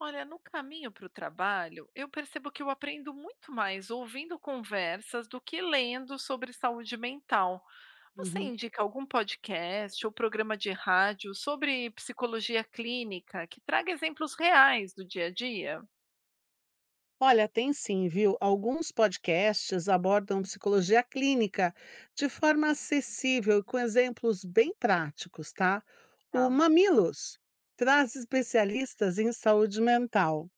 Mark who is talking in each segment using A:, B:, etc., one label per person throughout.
A: Olha, no caminho para o trabalho, eu percebo que eu aprendo muito mais ouvindo conversas do que lendo sobre saúde mental. Você
B: Uhum.
A: indica algum podcast ou programa de rádio sobre psicologia clínica que traga exemplos reais do dia a dia?
B: Olha, tem sim, viu? Alguns podcasts abordam psicologia clínica de forma acessível e com exemplos bem práticos, tá? O
A: Tá,
B: Mamilos traz especialistas em saúde mental,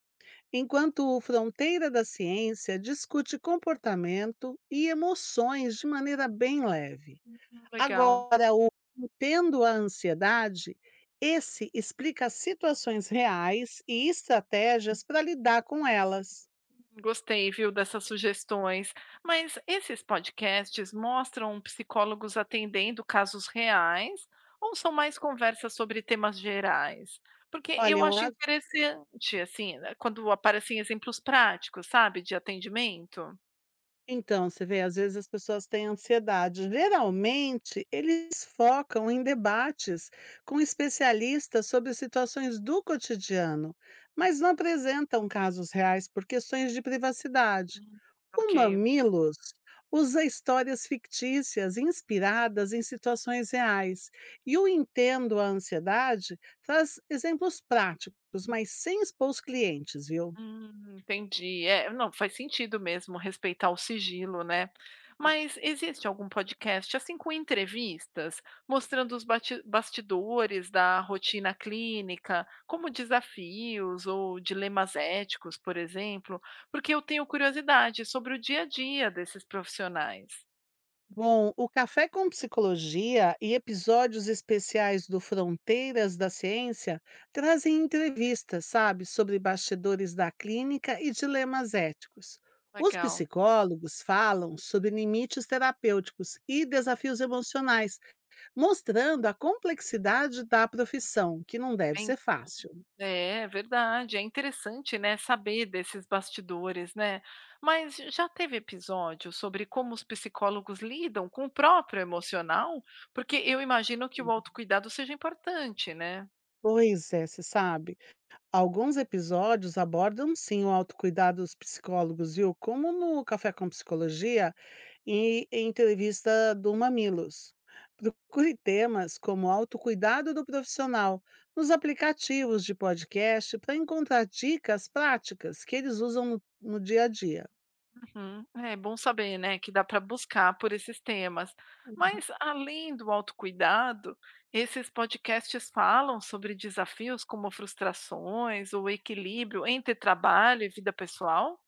B: enquanto o Fronteira da Ciência discute comportamento e emoções de maneira bem leve.
A: legal.
B: Agora, o Entendo a Ansiedade, esse explica situações reais e estratégias para lidar com elas.
A: Gostei, viu, dessas sugestões. Mas esses podcasts mostram psicólogos atendendo casos reais ou são mais conversas sobre temas gerais? Porque
B: Olha,
A: eu
B: eu
A: acho
B: a
A: interessante, assim, né, quando aparecem exemplos práticos, sabe, de atendimento.
B: então, você vê, às vezes as pessoas têm ansiedade. Geralmente, eles focam em debates com especialistas sobre situações do cotidiano, mas não apresentam casos reais por questões de privacidade.
A: Hum,
B: O
A: ok.
B: Mamilos usa histórias fictícias inspiradas em situações reais, e o Entendo a Ansiedade traz exemplos práticos, mas sem expor os clientes, viu?
A: Entendi. É, não, faz sentido mesmo respeitar o sigilo, né? Mas existe algum podcast, assim, com entrevistas, mostrando os bastidores da rotina clínica, como desafios ou dilemas éticos, por exemplo? Porque eu tenho curiosidade sobre o dia a dia desses profissionais.
B: Bom, o Café com Psicologia e episódios especiais do Fronteiras da Ciência trazem entrevistas, sabe, sobre bastidores da clínica e dilemas éticos. Os
A: Legal.
B: psicólogos falam sobre limites terapêuticos e desafios emocionais, mostrando a complexidade da profissão, que não deve ser fácil.
A: É verdade, é interessante, né, saber desses bastidores, né. Mas já teve episódio sobre como os psicólogos lidam com o próprio emocional? Porque eu imagino que o autocuidado seja importante, né.
B: Pois é, você sabe. Alguns episódios abordam sim o autocuidado dos psicólogos, viu? Como no Café com Psicologia e em entrevista do Mamilos. Procure temas como autocuidado do profissional nos aplicativos de podcast para encontrar dicas práticas que eles usam no dia a dia.
A: Uhum. É bom saber, né, que dá para buscar por esses temas. Mas além do autocuidado, esses podcasts falam sobre desafios como frustrações ou equilíbrio entre trabalho e vida pessoal?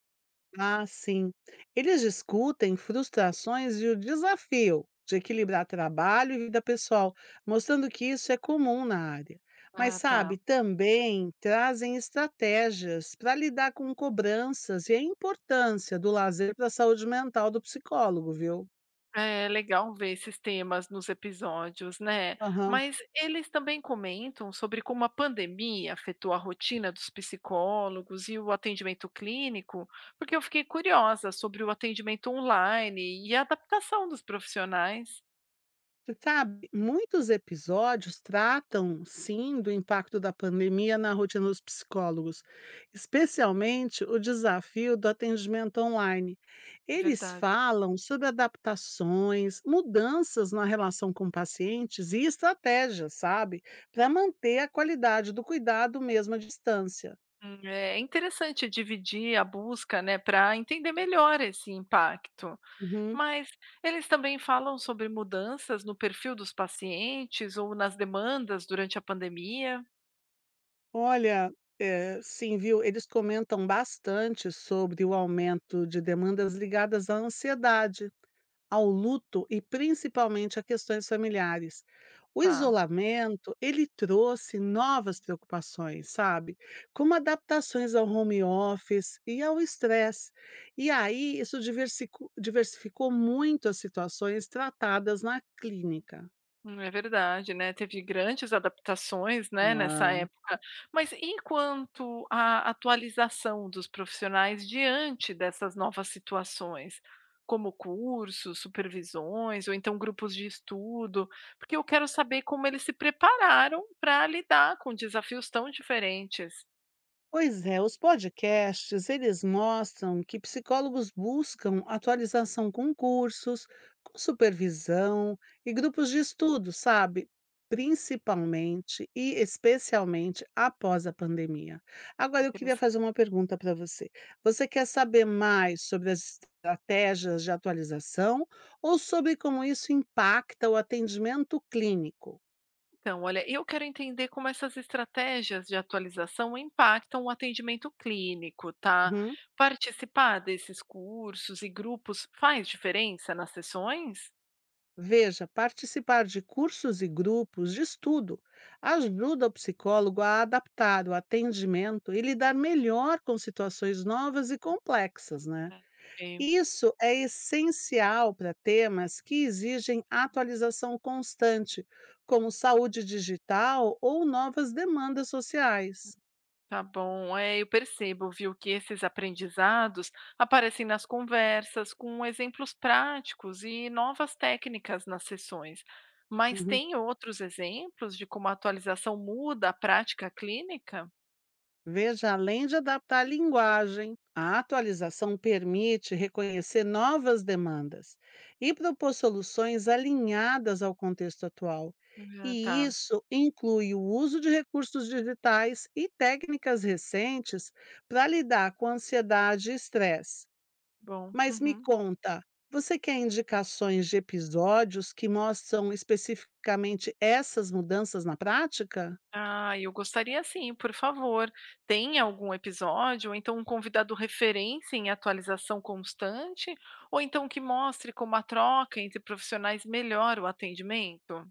B: Ah, sim. Eles discutem frustrações e o desafio de equilibrar trabalho e vida pessoal, mostrando que isso é comum na área. Mas,
A: Ah, tá.
B: sabe, também trazem estratégias para lidar com cobranças e a importância do lazer para a saúde mental do psicólogo, viu?
A: É legal ver esses temas nos episódios, né?
B: Aham.
A: Mas eles também comentam sobre como a pandemia afetou a rotina dos psicólogos e o atendimento clínico, porque eu fiquei curiosa sobre o atendimento online e a adaptação dos profissionais.
B: Você sabe, muitos episódios tratam, sim, do impacto da pandemia na rotina dos psicólogos, especialmente o desafio do atendimento online.
A: É
B: Eles
A: verdade.
B: falam sobre adaptações, mudanças na relação com pacientes e estratégias, sabe, para manter a qualidade do cuidado mesmo à distância.
A: É interessante dividir a busca, né, para entender melhor esse impacto.
B: Uhum.
A: Mas eles também falam sobre mudanças no perfil dos pacientes ou nas demandas durante a pandemia.
B: Olha, sim, viu, eles comentam bastante sobre o aumento de demandas ligadas à ansiedade, ao luto e principalmente a questões familiares. O
A: Tá.
B: isolamento, ele trouxe novas preocupações, sabe? Como adaptações ao home office e ao estresse. E aí, isso diversificou muito as situações tratadas na clínica.
A: É verdade, né, teve grandes adaptações, né, nessa época. Mas e quanto à atualização dos profissionais diante dessas novas situações? Como cursos, supervisões ou então grupos de estudo? Porque eu quero saber como eles se prepararam para lidar com desafios tão diferentes.
B: Pois é, os podcasts, eles mostram que psicólogos buscam atualização com cursos, com supervisão e grupos de estudo, sabe? Principalmente e especialmente após a pandemia. Agora, eu queria fazer uma pergunta para você. Você quer saber mais sobre as estratégias de atualização ou sobre como isso impacta o atendimento clínico?
A: Então, olha, eu quero entender como essas estratégias de atualização impactam o atendimento clínico, tá?
B: Uhum.
A: Participar desses cursos e grupos faz diferença nas sessões?
B: Veja, participar de cursos e grupos de estudo ajuda o psicólogo a adaptar o atendimento e lidar melhor com situações novas e complexas, né?
A: É,
B: Isso é essencial para temas que exigem atualização constante, como saúde digital ou novas demandas sociais.
A: tá bom, é, eu percebo, viu, que esses aprendizados aparecem nas conversas, com exemplos práticos e novas técnicas nas sessões. Mas
B: Uhum.
A: tem outros exemplos de como a atualização muda a prática clínica?
B: Veja, além de adaptar a linguagem, a atualização permite reconhecer novas demandas e propor soluções alinhadas ao contexto atual.
A: Ah,
B: E
A: tá,
B: isso inclui o uso de recursos digitais e técnicas recentes para lidar com ansiedade e estresse.
A: bom.
B: Mas me
A: Uhum.
B: conta, você quer indicações de episódios que mostram especificamente essas mudanças na prática?
A: Ah, eu gostaria sim, por favor. Tem algum episódio, ou então um convidado referência em atualização constante, ou então que mostre como a troca entre profissionais melhora o atendimento?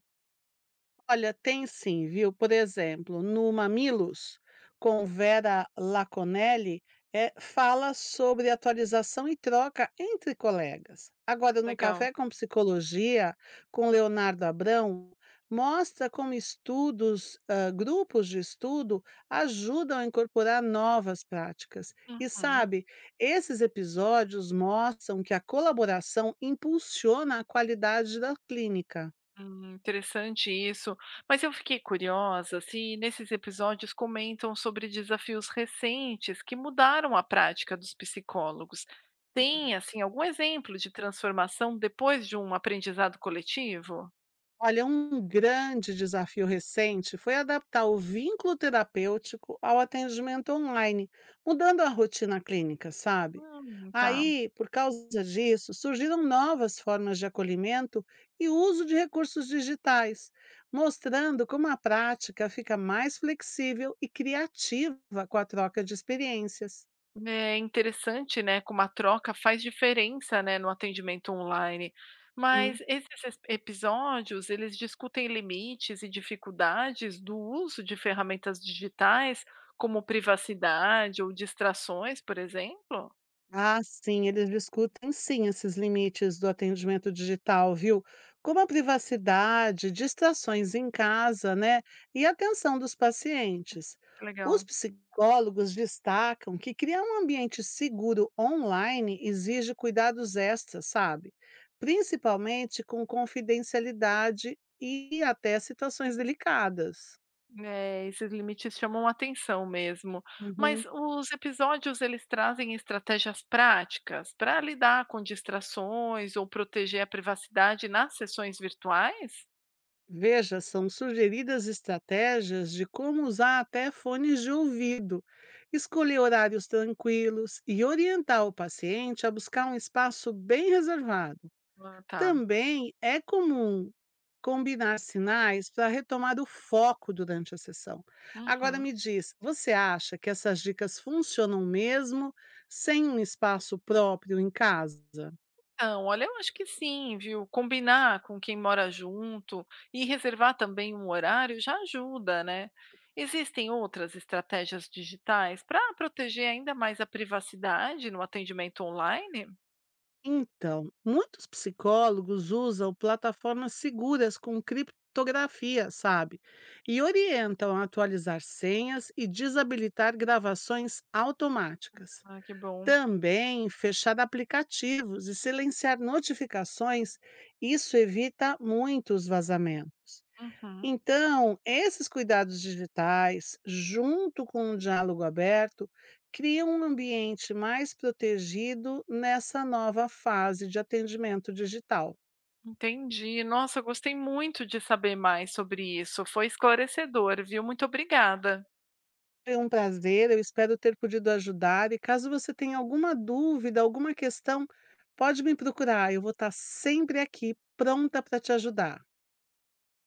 B: Olha, tem sim, viu? Por exemplo, no Mamilos, com Vera Laconelli, fala sobre atualização e troca entre colegas. Agora, no
A: Legal.
B: Café com Psicologia, com Leonardo Abrão, mostra como estudos, ah, grupos de estudo, ajudam a incorporar novas práticas. E
A: Uhum.
B: sabe, esses episódios mostram que a colaboração impulsiona a qualidade da clínica.
A: Interessante isso. Mas eu fiquei curiosa se nesses episódios comentam sobre desafios recentes que mudaram a prática dos psicólogos. Tem, assim, algum exemplo de transformação depois de um aprendizado coletivo?
B: Olha, um grande desafio recente foi adaptar o vínculo terapêutico ao atendimento online, mudando a rotina clínica, sabe?
A: Tá.
B: Aí, por causa disso, surgiram novas formas de acolhimento e uso de recursos digitais, mostrando como a prática fica mais flexível e criativa com a troca de experiências.
A: É interessante, né, como a troca faz diferença, né, no atendimento online. Mas esses episódios, eles discutem limites e dificuldades do uso de ferramentas digitais, como privacidade ou distrações, por exemplo?
B: Ah, sim, eles discutem sim esses limites do atendimento digital, viu? Como a privacidade, distrações em casa, né? E a atenção dos pacientes.
A: Que
B: Os
A: legal.
B: psicólogos destacam que criar um ambiente seguro online exige cuidados extras, sabe? Principalmente com confidencialidade e até situações delicadas.
A: É, esses limites chamam atenção mesmo. Mas
B: Uhum.
A: os episódios, eles trazem estratégias práticas para lidar com distrações ou proteger a privacidade nas sessões virtuais?
B: Veja, são sugeridas estratégias de como usar até fones de ouvido, escolher horários tranquilos e orientar o paciente a buscar um espaço bem reservado.
A: Ah, tá.
B: Também é comum combinar sinais para retomar o foco durante a sessão. Agora
A: Uhum.
B: me diz, você acha que essas dicas funcionam mesmo sem um espaço próprio em casa?
A: Então, olha, eu acho que sim, viu? Combinar com quem mora junto e reservar também um horário já ajuda, né? Existem outras estratégias digitais para proteger ainda mais a privacidade no atendimento online?
B: Então, muitos psicólogos usam plataformas seguras com criptografia, sabe? E orientam a atualizar senhas e desabilitar gravações automáticas.
A: Ah, que bom.
B: Também fechar aplicativos e silenciar notificações, isso evita muitos vazamentos.
A: Uhum.
B: Então, esses cuidados digitais, junto com o diálogo aberto, criam um ambiente mais protegido nessa nova fase de atendimento digital.
A: Entendi. Nossa, eu gostei muito de saber mais sobre isso. Foi esclarecedor, viu? Muito obrigada.
B: Foi um prazer, eu espero ter podido ajudar. E caso você tenha alguma dúvida, alguma questão, pode me procurar, eu vou estar sempre aqui, pronta para te ajudar.